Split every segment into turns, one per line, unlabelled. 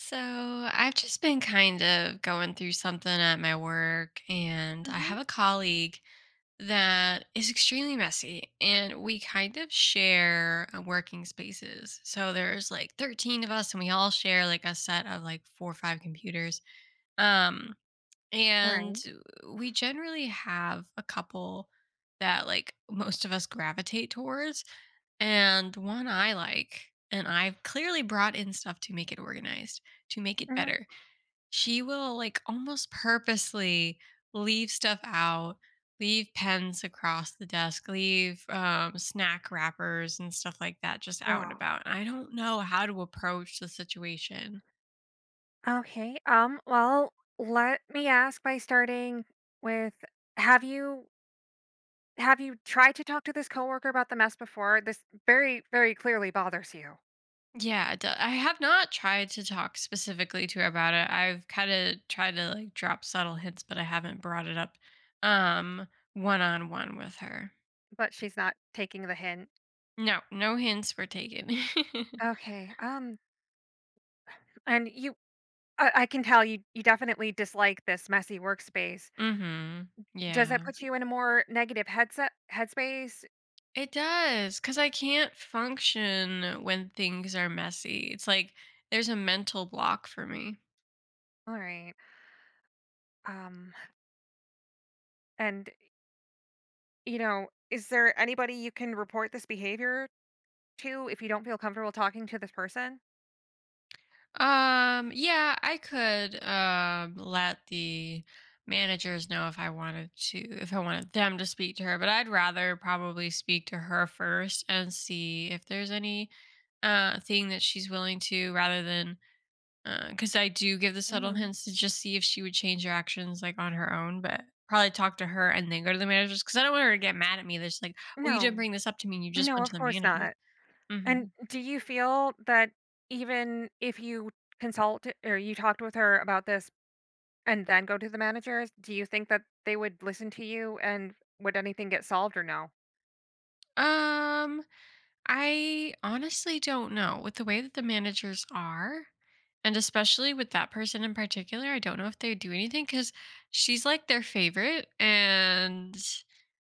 So I've just been kind of going through something at my work, and I
Mhm.
have a colleague that is extremely messy, and we kind of share working spaces. So there's like 13 of us, and we all share like a set of like four or five computers. Um,
Right.
and we generally have a couple that like most of us gravitate towards, and one I like, and I've clearly brought in stuff to make it organized, to make it
Mhm.
better. She will like almost purposely leave stuff out, leave pens across the desk, leave snack wrappers and stuff like that just out and
Yeah.
about. And I don't know how to approach the situation.
Okay. Well, let me ask by starting with have you have you tried to talk to this coworker about the mess before? This very, very clearly bothers you,
Yeah, it I have not tried to talk specifically to her about it. I've kind of tried to like drop subtle hints, but I haven't brought it up um one-on-one with her.
but she's not taking the hint.
No, no hints were taken.
Okay. And you I can tell you definitely dislike this messy workspace.
Hmm.
Does that
Yeah.
put you in a more negative headset headspace?
It does, because I can't function when things are messy. It's like there's a mental block for me.
All right. Um, and you know, is there anybody you can report this behavior 2, if you don't feel comfortable talking to this person?
Yeah, I could let the managers know if I wanted to, if I wanted them to speak to her, but I'd rather probably speak to her first and see if there's any thing that she's willing to, rather than, because I do give the subtle
Mhm.
hints to just see if she would change her actions like on her own. But probably talk to her and then go to the managers, because I don't want her to get mad at me. There's like, well, you didn't
No.
bring this up to me, and you just
No,
went to
of
the
course
managers.
not.
Hmm.
And do you feel that even if you consult or you talked with her about this and then go to the managers, do you think that they would listen to you and would anything get solved or no?
Um, I honestly don't know, with the way that the managers are, and especially with that person in particular. I don't know if they would do anything because she's like their favorite, and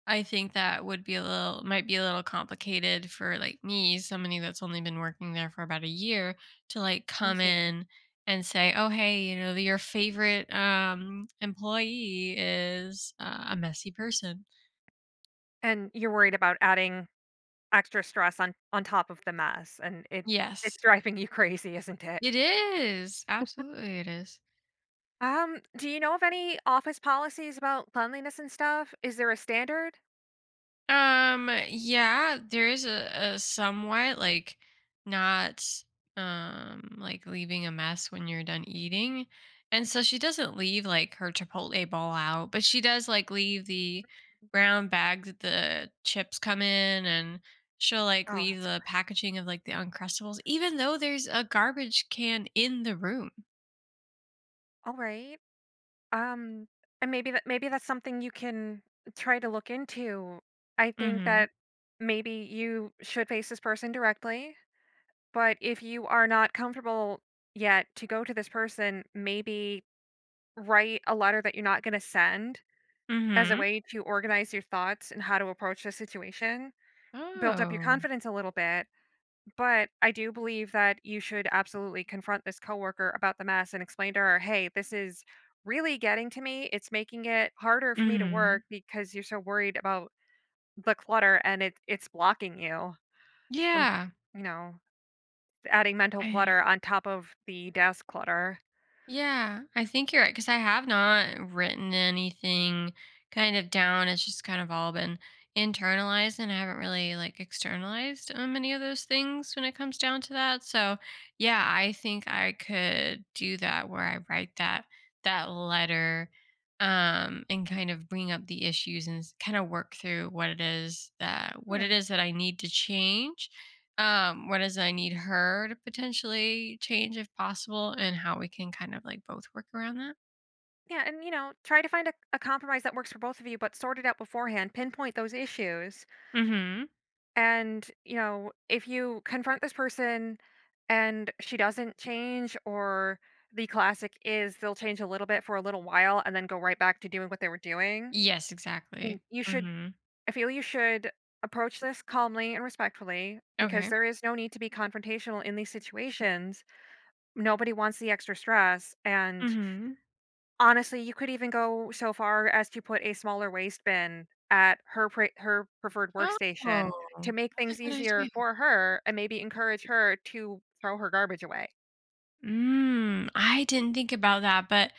I think that would be a little, might be a little complicated for like me, somebody that's only been working there for about a year, to like
I
come
see.
in and say, "Oh, hey, you know, your favorite employee is a messy person."
And you're worried about adding extra stress on top of the mess, and
Yes.
it's driving you crazy, isn't it?
It is. Absolutely it is.
Do you know of any office policies about cleanliness and stuff? Is there a standard?
Yeah, there is a somewhat like, not like leaving a mess when you're done eating. And so she doesn't leave like her Chipotle bowl out, but she does like leave the brown bag that the chips come in, and she'll like
Oh,
leave
that's
the packaging of like the Uncrustables, even though there's a garbage can in the room.
all right. Um, and maybe that maybe that's something you can try to look into. I think
Mm-hmm.
that maybe you should face this person directly, but if you are not comfortable yet to go to this person, maybe write a letter that you're not going to send as a
Mm-hmm.
way to organize your thoughts and how to approach the situation. Build up your
Oh.
confidence a little bit, but I do believe that you should absolutely confront this coworker about the mess and explain to her, "Hey, this is really getting to me. It's making it harder for me to
Mm-hmm.
work because you're so worried about the clutter and it's blocking you from,
Yeah.
you know, adding mental
I
clutter on top of the desk clutter."
Yeah, I think you're right, because I have not written anything kind of down. It's just kind of all been internalized, and I haven't really like externalized many of those things when it comes down to that. So, yeah, I think I could do that, where I write that letter and kind of bring up the issues and kind of work through what it is that, what it
Yeah.
is that I need to change, what is it I need her to potentially change if possible, and how we can kind of like both work around that?
Yeah, and you know, try to find a compromise that works for both of you, but sort it out beforehand. Pinpoint those issues.
Mhm.
And, you know, if you confront this person and she doesn't change, or the classic is they'll change a little bit for a little while and then go right back to doing what they were doing.
Yes,
I mean,
exactly.
you should,
Mhm.
I feel you should approach this calmly and respectfully because
Okay.
there is no need to be confrontational in these situations. Nobody wants the extra stress. And
Mhm.
Honestly, you could even go so far as to put a smaller waste bin at her her preferred workstation to
Oh,
make
that's a
things
good
easier
idea.
for her and maybe encourage her to throw her garbage away.
Mm, I didn't think about that, but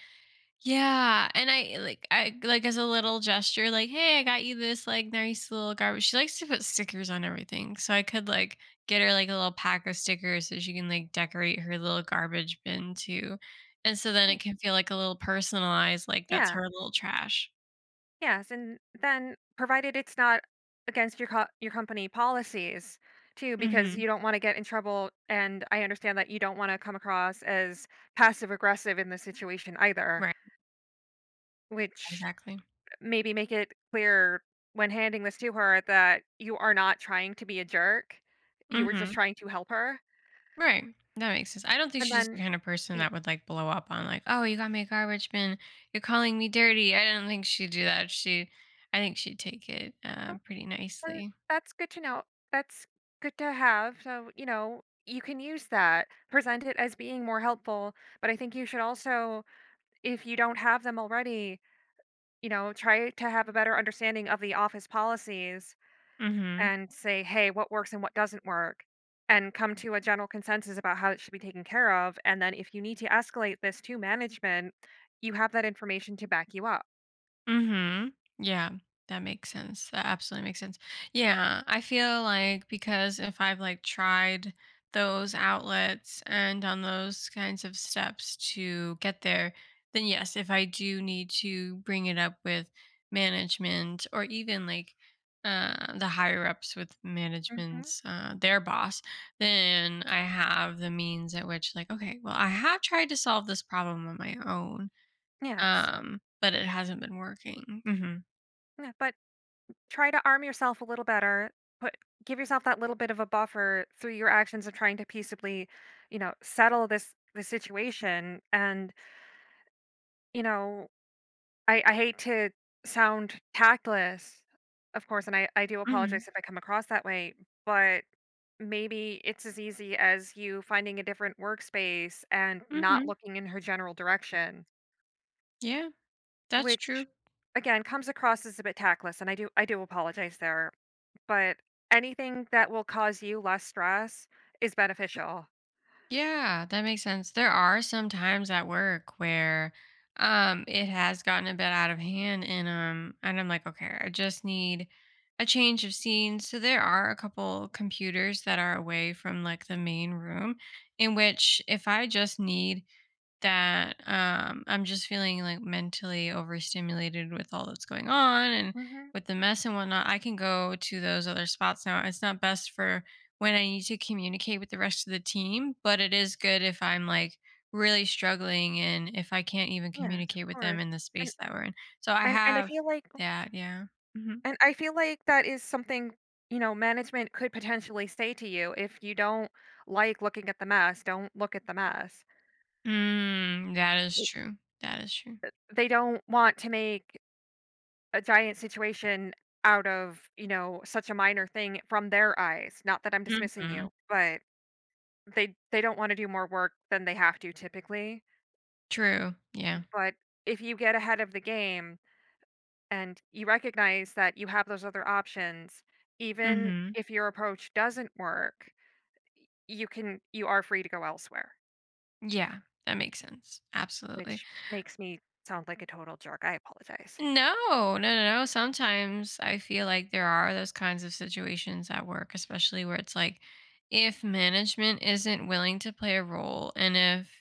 yeah, and I like, I like as a little gesture, like, "Hey, I got you this like nice little garbage." She likes to put stickers on everything, so I could like get her like a little pack of stickers so she can like decorate her little garbage bin too, and so then it
Mm,
can feel like a little personalized, like that's
Yeah.
her little trash.
Yes, and then provided it's not against your your company policies too, because
Mhm.
you don't want to get in trouble, and I understand that you don't want to come across as passive aggressive in this situation either,
Right.
which
Exactly.
maybe make it clear when handing this to her that you are not trying to be a jerk. You were just
Mhm.
trying to help her.
Right. That makes sense. I don't think
And
she's just the
then
kind of person
yeah,
that would like blow up on like, "Oh, you got me a garbage bin. You're calling me dirty." I don't think she'd do that. She I think she'd take it
oh,
pretty
well,
nicely.
that's good to know. That's good to have. So, you know, you can use that. Present it as being more helpful, but I think you should also, if you don't have them already, you know, try to have a better understanding of the office policies
Mhm.
and say, "Hey, what works and what doesn't work?" and come to a general consensus about how it should be taken care of, and then if you need to escalate this to management, you have that information to back you up.
Mhm. Yeah, that makes sense. That absolutely makes sense. Yeah, I feel like, because if I've like tried those outlets and on those kinds of steps to get there, then yes, if I do need to bring it up with management or even like the higher ups, with
Mhm.
management's their boss, then I have the means at which, like, okay, well, I have tried to solve this problem on my own,
Yes.
but it hasn't been working. Mhm.
Yeah, but Try to arm yourself a little better, put give yourself that little bit of a buffer through your actions of trying to peaceably, you know, settle this situation. And, you know, I hate to sound tactless, of course, and I do
Mhm.
apologize if I come across that way, but maybe it's as easy as you finding a different workspace and not
Mhm.
looking in her general direction,
Yeah, that's
which
true.
again comes across as a bit tactless, and I do apologize there. But anything that will cause you less stress is beneficial.
Yeah, that makes sense. There are some times at work where, it has gotten a bit out of hand, and I'm like, "Okay, I just need a change of scene." So there are a couple computers that are away from, like, the main room, in which if I just need that, I'm just feeling like mentally overstimulated with all that's going on and
Mhm.
with the mess and whatnot, I can go to those other spots now. It's not best for when I need to communicate with the rest of the team, but it is good if I'm like really struggling and if I can't even
Yes, of
communicate with them
course.
in the
And
space that we're in. So I
and I
have
feel like
that. Yeah. Hmm.
and I feel like that is something, you know, management could potentially say to you, if you don't like looking at the mess, don't look at the mess.
Mm, that is
It
true. That is true.
They don't want to make a giant situation out of, you know, such a minor thing from their eyes. Not that I'm dismissing
Hmm.
you, but they don't wanna do more work than they have to typically.
True. Yeah.
But if you get ahead of the game and you recognize that you have those other options, even
Hmm.
if your approach doesn't work, you can you are free to go elsewhere,
Yeah. That makes sense. Absolutely.
which makes me sound like a total jerk. I apologize.
No, no, no, no. Sometimes I feel like there are those kinds of situations at work, especially, where it's like if management isn't willing to play a role and if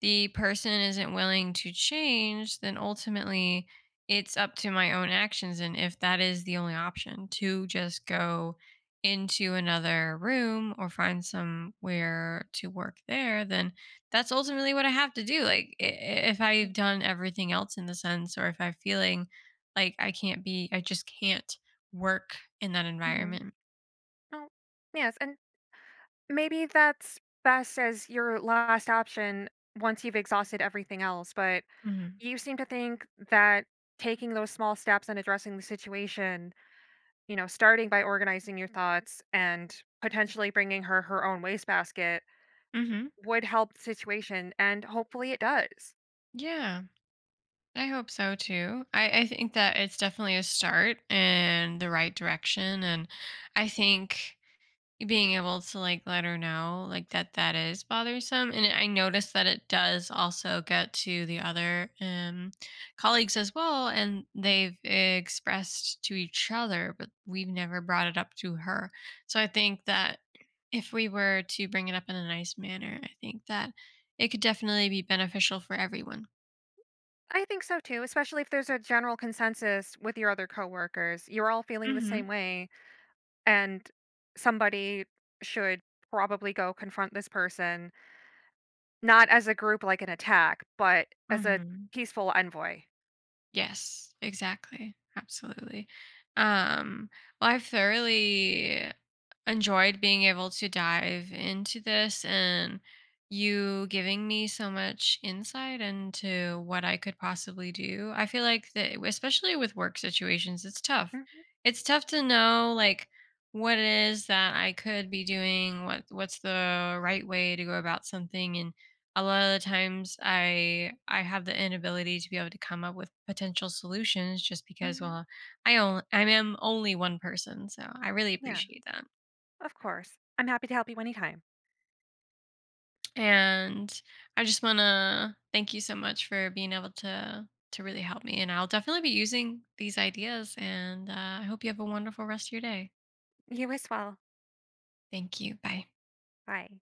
the person isn't willing to change, then ultimately it's up to my own actions. And if that is the only option, to just go into another room or find somewhere to work there, then that's ultimately what I have to do. Like, I if I've done everything else in the sense, or if I'm feeling like I just can't work in that
Mm-hmm.
environment.
Oh, yes, and maybe that's best as your last option once you've exhausted everything else, but
Mhm.
you seem to think that taking those small steps and addressing the situation, you know, starting by organizing your thoughts and potentially bringing her own wastebasket,
Mhm.
would help the situation and hopefully it does.
Yeah. I hope so too. I think that it's definitely a start in the right direction, and I think being able to like let her know, like, that that is bothersome, and I noticed that it does also get to the other colleagues as well, and they've expressed to each other but we've never brought it up to her. So I think that if we were to bring it up in a nice manner, I think that it could definitely be beneficial for everyone.
I think so too, especially if there's a general consensus with your other coworkers. You're all feeling the same
Hmm.
way, and somebody should probably go confront this person, not as a group like an attack, but as a
Hmm.
peaceful envoy.
Yes, exactly, absolutely. um well, I've thoroughly enjoyed being able to dive into this and you giving me so much insight into what I could possibly do. I feel like that, especially with work situations, it's tough.
Hmm.
It's tough to know, like, what it is that I could be doing, what's the right way to go about something. And a lot of the times I have the inability to be able to come up with potential solutions, just because,
Hmm.
well, I am only one person, so I really
Yeah,
appreciate that.
of course. I'm happy to help you anytime.
And I just want to thank you so much for being able to really help me. And I'll definitely be using these ideas. And I hope you have a wonderful rest of your day.
You as well.
Thank you. Bye.
Bye.